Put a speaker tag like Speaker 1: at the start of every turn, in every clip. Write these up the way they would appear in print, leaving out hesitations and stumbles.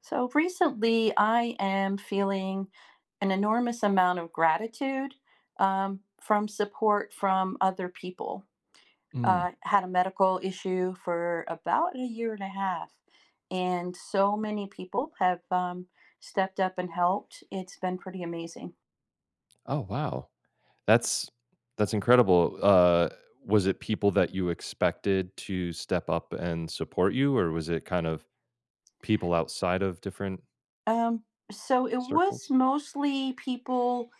Speaker 1: So recently, I am feeling an enormous amount of gratitude from support from other people.
Speaker 2: Mm.
Speaker 1: Had a medical issue for about a year and a half, and so many people have stepped up and helped. It's been pretty amazing.
Speaker 2: Oh, wow. That's incredible. Was it people that you expected to step up and support you, or was it kind of people outside of different
Speaker 1: Um, so it was
Speaker 2: circles?
Speaker 1: mostly people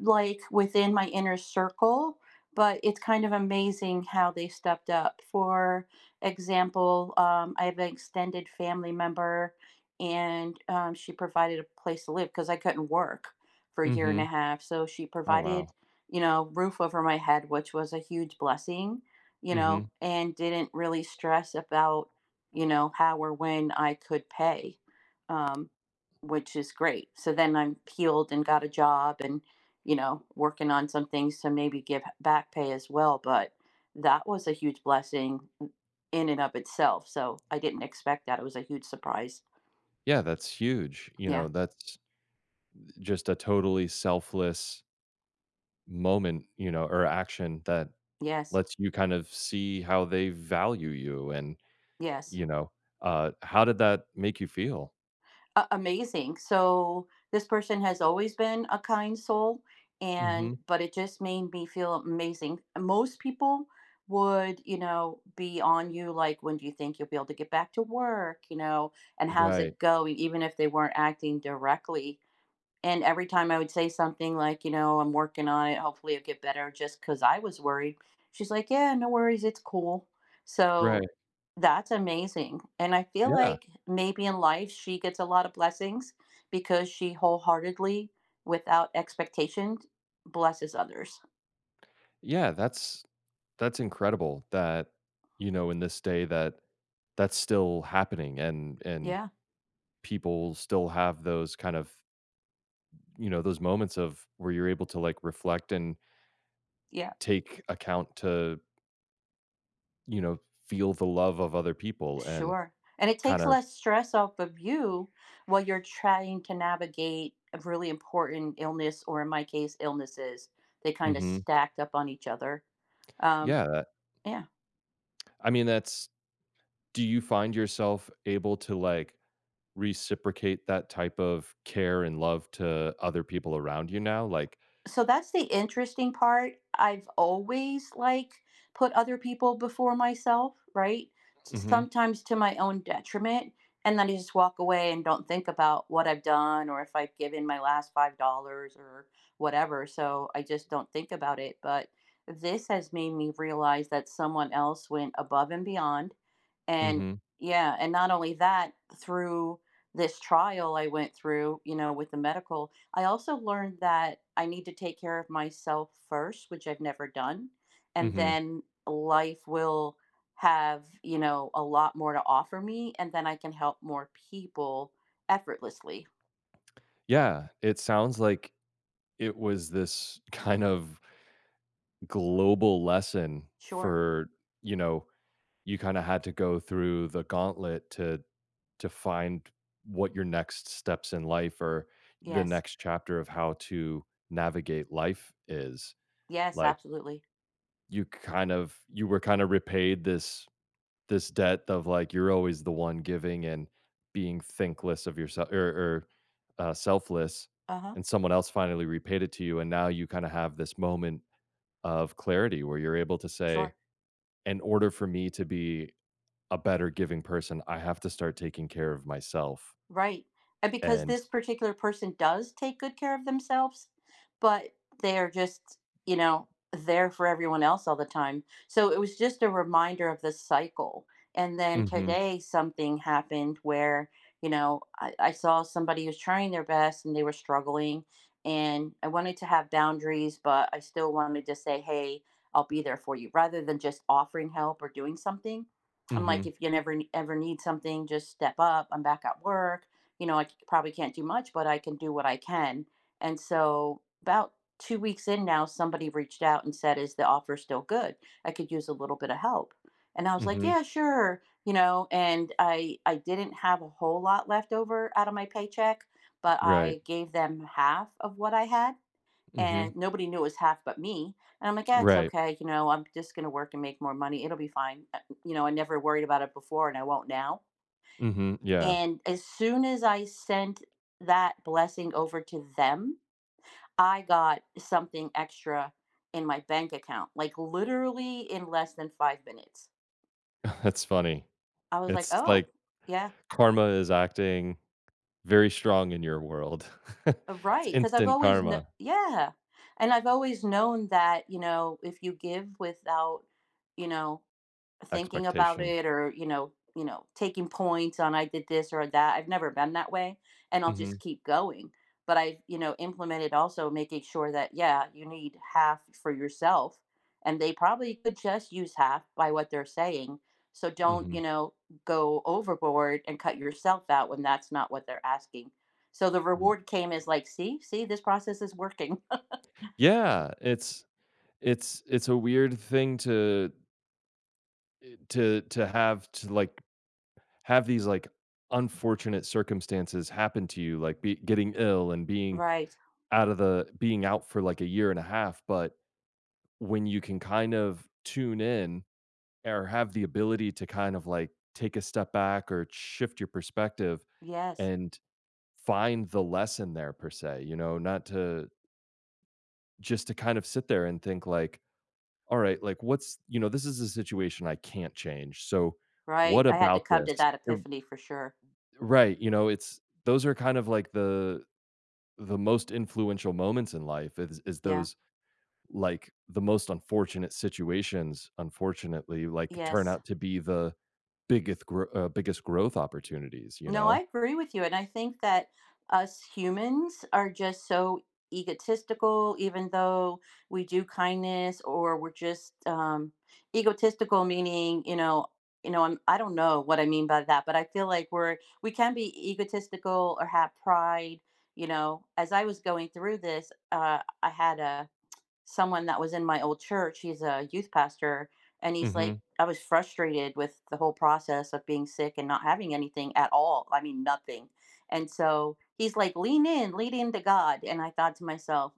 Speaker 1: like within my inner circle, but it's kind of amazing how they stepped up. For example, I have an extended family member, and she provided a place to live because I couldn't work for a year and a
Speaker 2: Mhm.
Speaker 1: half. So she
Speaker 2: Oh,
Speaker 1: provided,
Speaker 2: wow.
Speaker 1: roof over my head, which was a huge blessing,
Speaker 2: Mhm.
Speaker 1: and didn't really stress about, how or when I could pay. Um which is great. So then I'm healed and got a job and, working on some things to maybe give back pay as well. But that was a huge blessing in and of itself. So I didn't expect that. It was a huge surprise.
Speaker 2: Yeah, that's huge.
Speaker 1: Yeah.
Speaker 2: That's just a totally selfless moment, or action that
Speaker 1: Yes.
Speaker 2: lets you kind of see how they value you and,
Speaker 1: Yes.
Speaker 2: you know, how did that make you feel?
Speaker 1: Amazing. So this person has always been a kind soul, and
Speaker 2: Mhm.
Speaker 1: but it just made me feel amazing. Most people would, be on you, like, when do you think you'll be able to get back to work, and how's
Speaker 2: Right.
Speaker 1: it going, even if they weren't acting directly. And every time I would say something like, I'm working on it, hopefully it'll get better, just because I was worried, she's like, yeah, no worries, it's cool. So
Speaker 2: Right.
Speaker 1: that's amazing. And I feel
Speaker 2: Yeah.
Speaker 1: like maybe in life she gets a lot of blessings because she wholeheartedly, without expectation, blesses others.
Speaker 2: Yeah, that's incredible that, in this day that that's still happening, and
Speaker 1: Yeah.
Speaker 2: people still have those kind of, those moments of where you're able to like reflect and
Speaker 1: Yeah.
Speaker 2: take account to, you know, feel the love of other people and
Speaker 1: Sure. And it
Speaker 2: kind
Speaker 1: takes
Speaker 2: of.
Speaker 1: less stress off of you while you're trying to navigate a really important illness, or in my case, illnesses. They kind of
Speaker 2: Mhm.
Speaker 1: stacked up on each other. Um,
Speaker 2: Yeah,
Speaker 1: yeah.
Speaker 2: I mean that's do you find yourself able to like reciprocate that type of care and love to other people around you now, like.
Speaker 1: So that's the interesting part. I've always, like, put other people before myself, right?
Speaker 2: Mhm.
Speaker 1: Sometimes to my own detriment. And then I just walk away and don't think about what I've done or if I've given my last $5 or whatever. So I just don't think about it. But this has made me realize that someone else went above and beyond. And
Speaker 2: Mhm.
Speaker 1: yeah, and not only that, through this trial I went through, with the medical, I also learned that I need to take care of myself first, which I've never done, and
Speaker 2: Mhm.
Speaker 1: then life will have, a lot more to offer me, and then I can help more people effortlessly.
Speaker 2: Yeah, it sounds like it was this kind of global lesson
Speaker 1: Sure.
Speaker 2: for, you know, you kinda had to go through the gauntlet to find what your next steps in life or the
Speaker 1: Yes.
Speaker 2: next chapter of how to navigate life is.
Speaker 1: Yes,
Speaker 2: Like,
Speaker 1: absolutely.
Speaker 2: you were kinda repaid this debt of like you're always the one giving and being thinkless of yourself or, selfless,
Speaker 1: Uh-huh.
Speaker 2: and someone else finally repaid it to you and now you kind of have this moment of clarity where you're able to say
Speaker 1: Sure.
Speaker 2: in order for me to be a better giving person I have to start taking care of myself.
Speaker 1: Right. And because
Speaker 2: And
Speaker 1: this particular person does take good care of themselves, but they are just, there for everyone else all the time. So it was just a reminder of the cycle. And then
Speaker 2: mm hmm,
Speaker 1: today something happened where, I saw somebody who's trying their best and they were struggling. And I wanted to have boundaries, but I still wanted to say, hey, I'll be there for you rather than just offering help or doing something.
Speaker 2: mm
Speaker 1: I'm
Speaker 2: hmm,
Speaker 1: like, if you never ever need something, just step up. I'm back at work. You know, I probably can't do much, but I can do what I can. And so, about 2 weeks in now, somebody reached out and said, "Is the offer still good? I could use a little bit of help." And I was
Speaker 2: mm
Speaker 1: like,
Speaker 2: hmm,
Speaker 1: "Yeah, sure." You know, and I didn't have a whole lot left over out of my paycheck, but
Speaker 2: right,
Speaker 1: I gave them half of what I had,
Speaker 2: mm hmm,
Speaker 1: and nobody knew it was half but me. And I'm like, yeah, it's
Speaker 2: right,
Speaker 1: okay. You know, I'm just going to work and make more money. It'll be fine. You know, I never worried about it before and I won't now.
Speaker 2: mm hmm, yeah.
Speaker 1: And as soon as I sent that blessing over to them, I got something extra in my bank account, like literally in less than 5 minutes.
Speaker 2: That's funny.
Speaker 1: I was like,
Speaker 2: It's
Speaker 1: oh,
Speaker 2: like
Speaker 1: yeah,
Speaker 2: karma is acting. Very strong in your world. It's
Speaker 1: right. Because I've
Speaker 2: instant
Speaker 1: always,
Speaker 2: karma.
Speaker 1: yeah. And I've always known that, if you give without, you know, thinking about
Speaker 2: Expectation.
Speaker 1: it, or taking points on, I did this or that, I've never been that way, and I'll just
Speaker 2: Mhm,
Speaker 1: keep going. But I've, implemented, also making sure that, yeah, you need half for yourself, and they probably could just use half by what they're saying. So don't,
Speaker 2: mhm.
Speaker 1: go overboard and cut yourself out when that's not what they're asking. So the
Speaker 2: Mm.
Speaker 1: reward came as, like, see, this process is working.
Speaker 2: Yeah, it's a weird thing to have to, like, have these, like, unfortunate circumstances happen to you, like, be getting ill and being
Speaker 1: Right.
Speaker 2: out of the being out for, like, a year and a half, but when you can kind of tune in or have the ability to kind of, like, take a step back or shift your perspective
Speaker 1: Yes.
Speaker 2: and find the lesson there per se, not to just to kind of sit there and think like, all right, like this is a situation I can't change. So
Speaker 1: Right.
Speaker 2: what
Speaker 1: I had to
Speaker 2: about
Speaker 1: come to
Speaker 2: this?
Speaker 1: that epiphany for sure.
Speaker 2: Right. you know, it's Those are kind of like the most influential moments in life is
Speaker 1: Yeah.
Speaker 2: those, like the most unfortunate situations unfortunately like turn
Speaker 1: Yes.
Speaker 2: out to be the biggest biggest growth opportunities, you
Speaker 1: No, I
Speaker 2: know.
Speaker 1: agree with you. And I think that us humans are just so egotistical, even though we do kindness or we're just egotistical, meaning, you know, I don't know what I mean by that, but I feel like we're, we can be egotistical or have pride. You know, as I was going through this, I had someone that was in my old church. He's a youth pastor. And he's like,
Speaker 2: Mhm.
Speaker 1: I was frustrated with the whole process of being sick and not having anything at all. I mean, nothing. And so he's like, lean into God. And I thought to myself,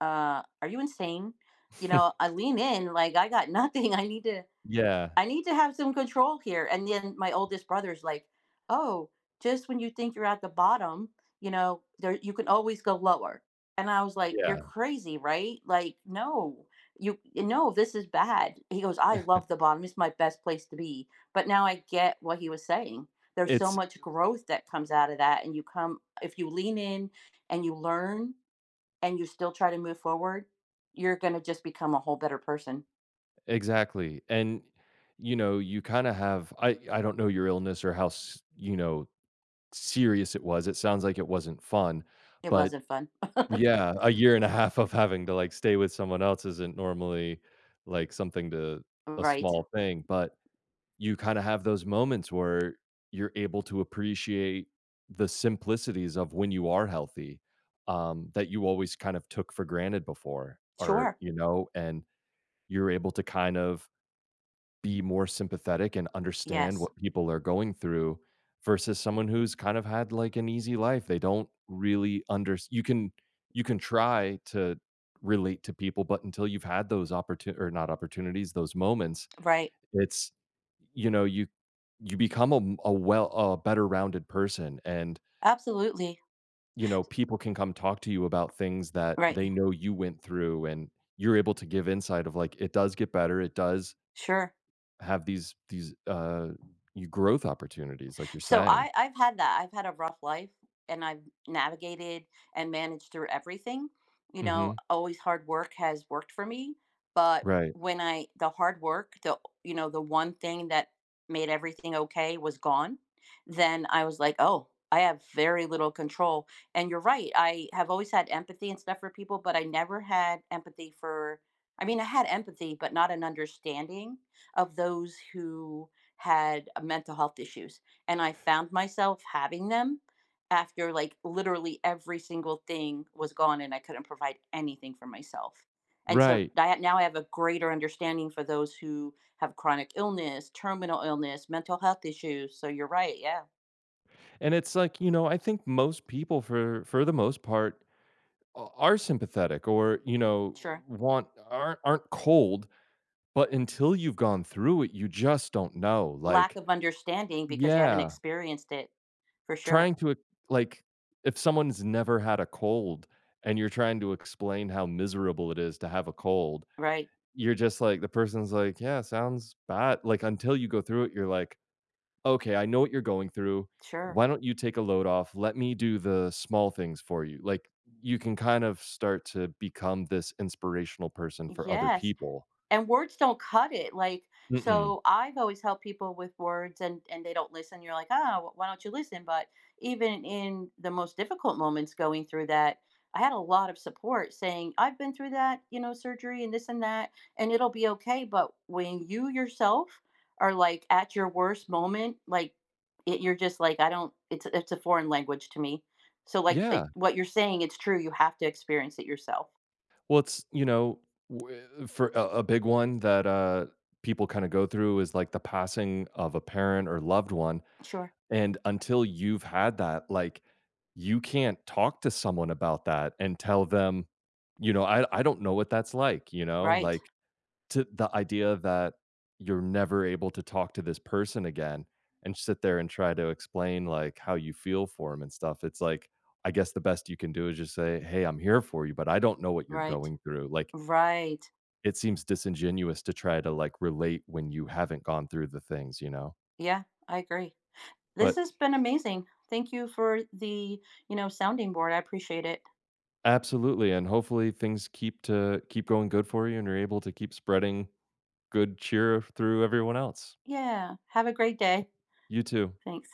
Speaker 1: are you insane? You know, I lean in, like, I got nothing. I need to.
Speaker 2: Yeah.
Speaker 1: I need to have some control here. And then my oldest brother's like, oh, just when you think you're at the bottom, there, you can always go lower. And I was like, you're
Speaker 2: Yeah.
Speaker 1: crazy, right? Like, no, you no, this is bad. He goes, I love the bottom. It's my best place to be. But now I get what he was saying. There's so
Speaker 2: It's
Speaker 1: much growth that comes out of that. And you come, if you lean in and you learn and you still try to move forward, you're gonna just become a whole better person.
Speaker 2: Exactly, and, you kinda have— I don't know your illness or how serious it was. It sounds like it wasn't fun,
Speaker 1: It
Speaker 2: but
Speaker 1: wasn't fun.
Speaker 2: yeah, a year and a half of having to, like, stay with someone else isn't normally, like, something to— a
Speaker 1: Right.
Speaker 2: small thing, but you kinda have those moments where you're able to appreciate the simplicities of when you are healthy, that you always kind of took for granted before or,
Speaker 1: Sure.
Speaker 2: you know, and you're able to kind of be more sympathetic and understand
Speaker 1: Yes,
Speaker 2: what people are going through versus someone who's kind of had like an easy life. They don't really. Under you can you can try to relate to people, but until you've had those opportun or not opportunities, those moments,
Speaker 1: right.
Speaker 2: it's you know, you you become a m a well a better rounded person and,
Speaker 1: Absolutely,
Speaker 2: you know, people can come talk to you about things that
Speaker 1: right.
Speaker 2: they know you went through and you're able to give insight of like, "It does get better. It does
Speaker 1: Sure.
Speaker 2: have these, you growth opportunities, like you're
Speaker 1: So
Speaker 2: saying."
Speaker 1: I, I've had that. I've had a rough life, and I've navigated and managed through everything. You know,
Speaker 2: Mhm.
Speaker 1: always hard work has worked for me. But
Speaker 2: Right.
Speaker 1: the hard work, the one thing that made everything okay was gone, then I was like, oh, I have very little control. And you're right. I have always had empathy and stuff for people, but I never had empathy for, I mean, I had empathy but not an understanding of those who had mental health issues, and I found myself having them after, like, literally every single thing was gone and I couldn't provide anything for myself. And so
Speaker 2: Right.
Speaker 1: I, now I have a greater understanding for those who have chronic illness, terminal illness, mental health issues. So you're right. Yeah,
Speaker 2: And it's like, I think most people for the most part a are sympathetic or, you know,
Speaker 1: sure.
Speaker 2: want aren't cold, but until you've gone through it, you just don't know.
Speaker 1: Lack
Speaker 2: Like,
Speaker 1: of understanding because you haven't
Speaker 2: yeah,
Speaker 1: experienced it for sure.
Speaker 2: trying to ex like, if someone's never had a cold and you're trying to explain how miserable it is to have a cold,
Speaker 1: Right.
Speaker 2: you're just like the person's like, "Yeah, sounds bad." Like, until you go through it, you're like, "Okay, I know what you're going through.
Speaker 1: Sure.
Speaker 2: Why don't you take a load off? Let me do the small things for you." Like, you can kind of start to become this inspirational person for other
Speaker 1: Yes.
Speaker 2: people.
Speaker 1: And words don't cut it. Like,
Speaker 2: Mm-mm.
Speaker 1: so I've always helped people with words, and they don't listen. You're like, oh, why don't you listen? But even in the most difficult moments going through that, I had a lot of support saying I've been through that, you know, surgery and this and that, and it'll be okay. But when you yourself are, like, at your worst moment, like it, you're just like, I don't it's a foreign language to me. So, like,
Speaker 2: Yeah.
Speaker 1: what you're saying, it's true. You have to experience it yourself.
Speaker 2: Well, w for a big one that, people kinda go through is, like, the passing of a parent or loved one.
Speaker 1: Sure.
Speaker 2: And until you've had that, like, you can't talk to someone about that and tell them, I don't know what that's like,
Speaker 1: Right.
Speaker 2: like to the idea that you're never able to talk to this person again and sit there and try to explain like how you feel for him and stuff. It's like, I guess the best you can do is just say, "Hey, I'm here for you, but I don't know what you're
Speaker 1: Right.
Speaker 2: going through." Like,
Speaker 1: Right.
Speaker 2: it seems disingenuous to try to like relate when you haven't gone through the things, you know?
Speaker 1: Yeah, I agree. This
Speaker 2: But
Speaker 1: has been amazing. Thank you for the, sounding board. I appreciate it.
Speaker 2: Absolutely, and hopefully things keep to keep going good for you and you're able to keep spreading good cheer through everyone else.
Speaker 1: Yeah. Have a great day.
Speaker 2: You too.
Speaker 1: Thanks.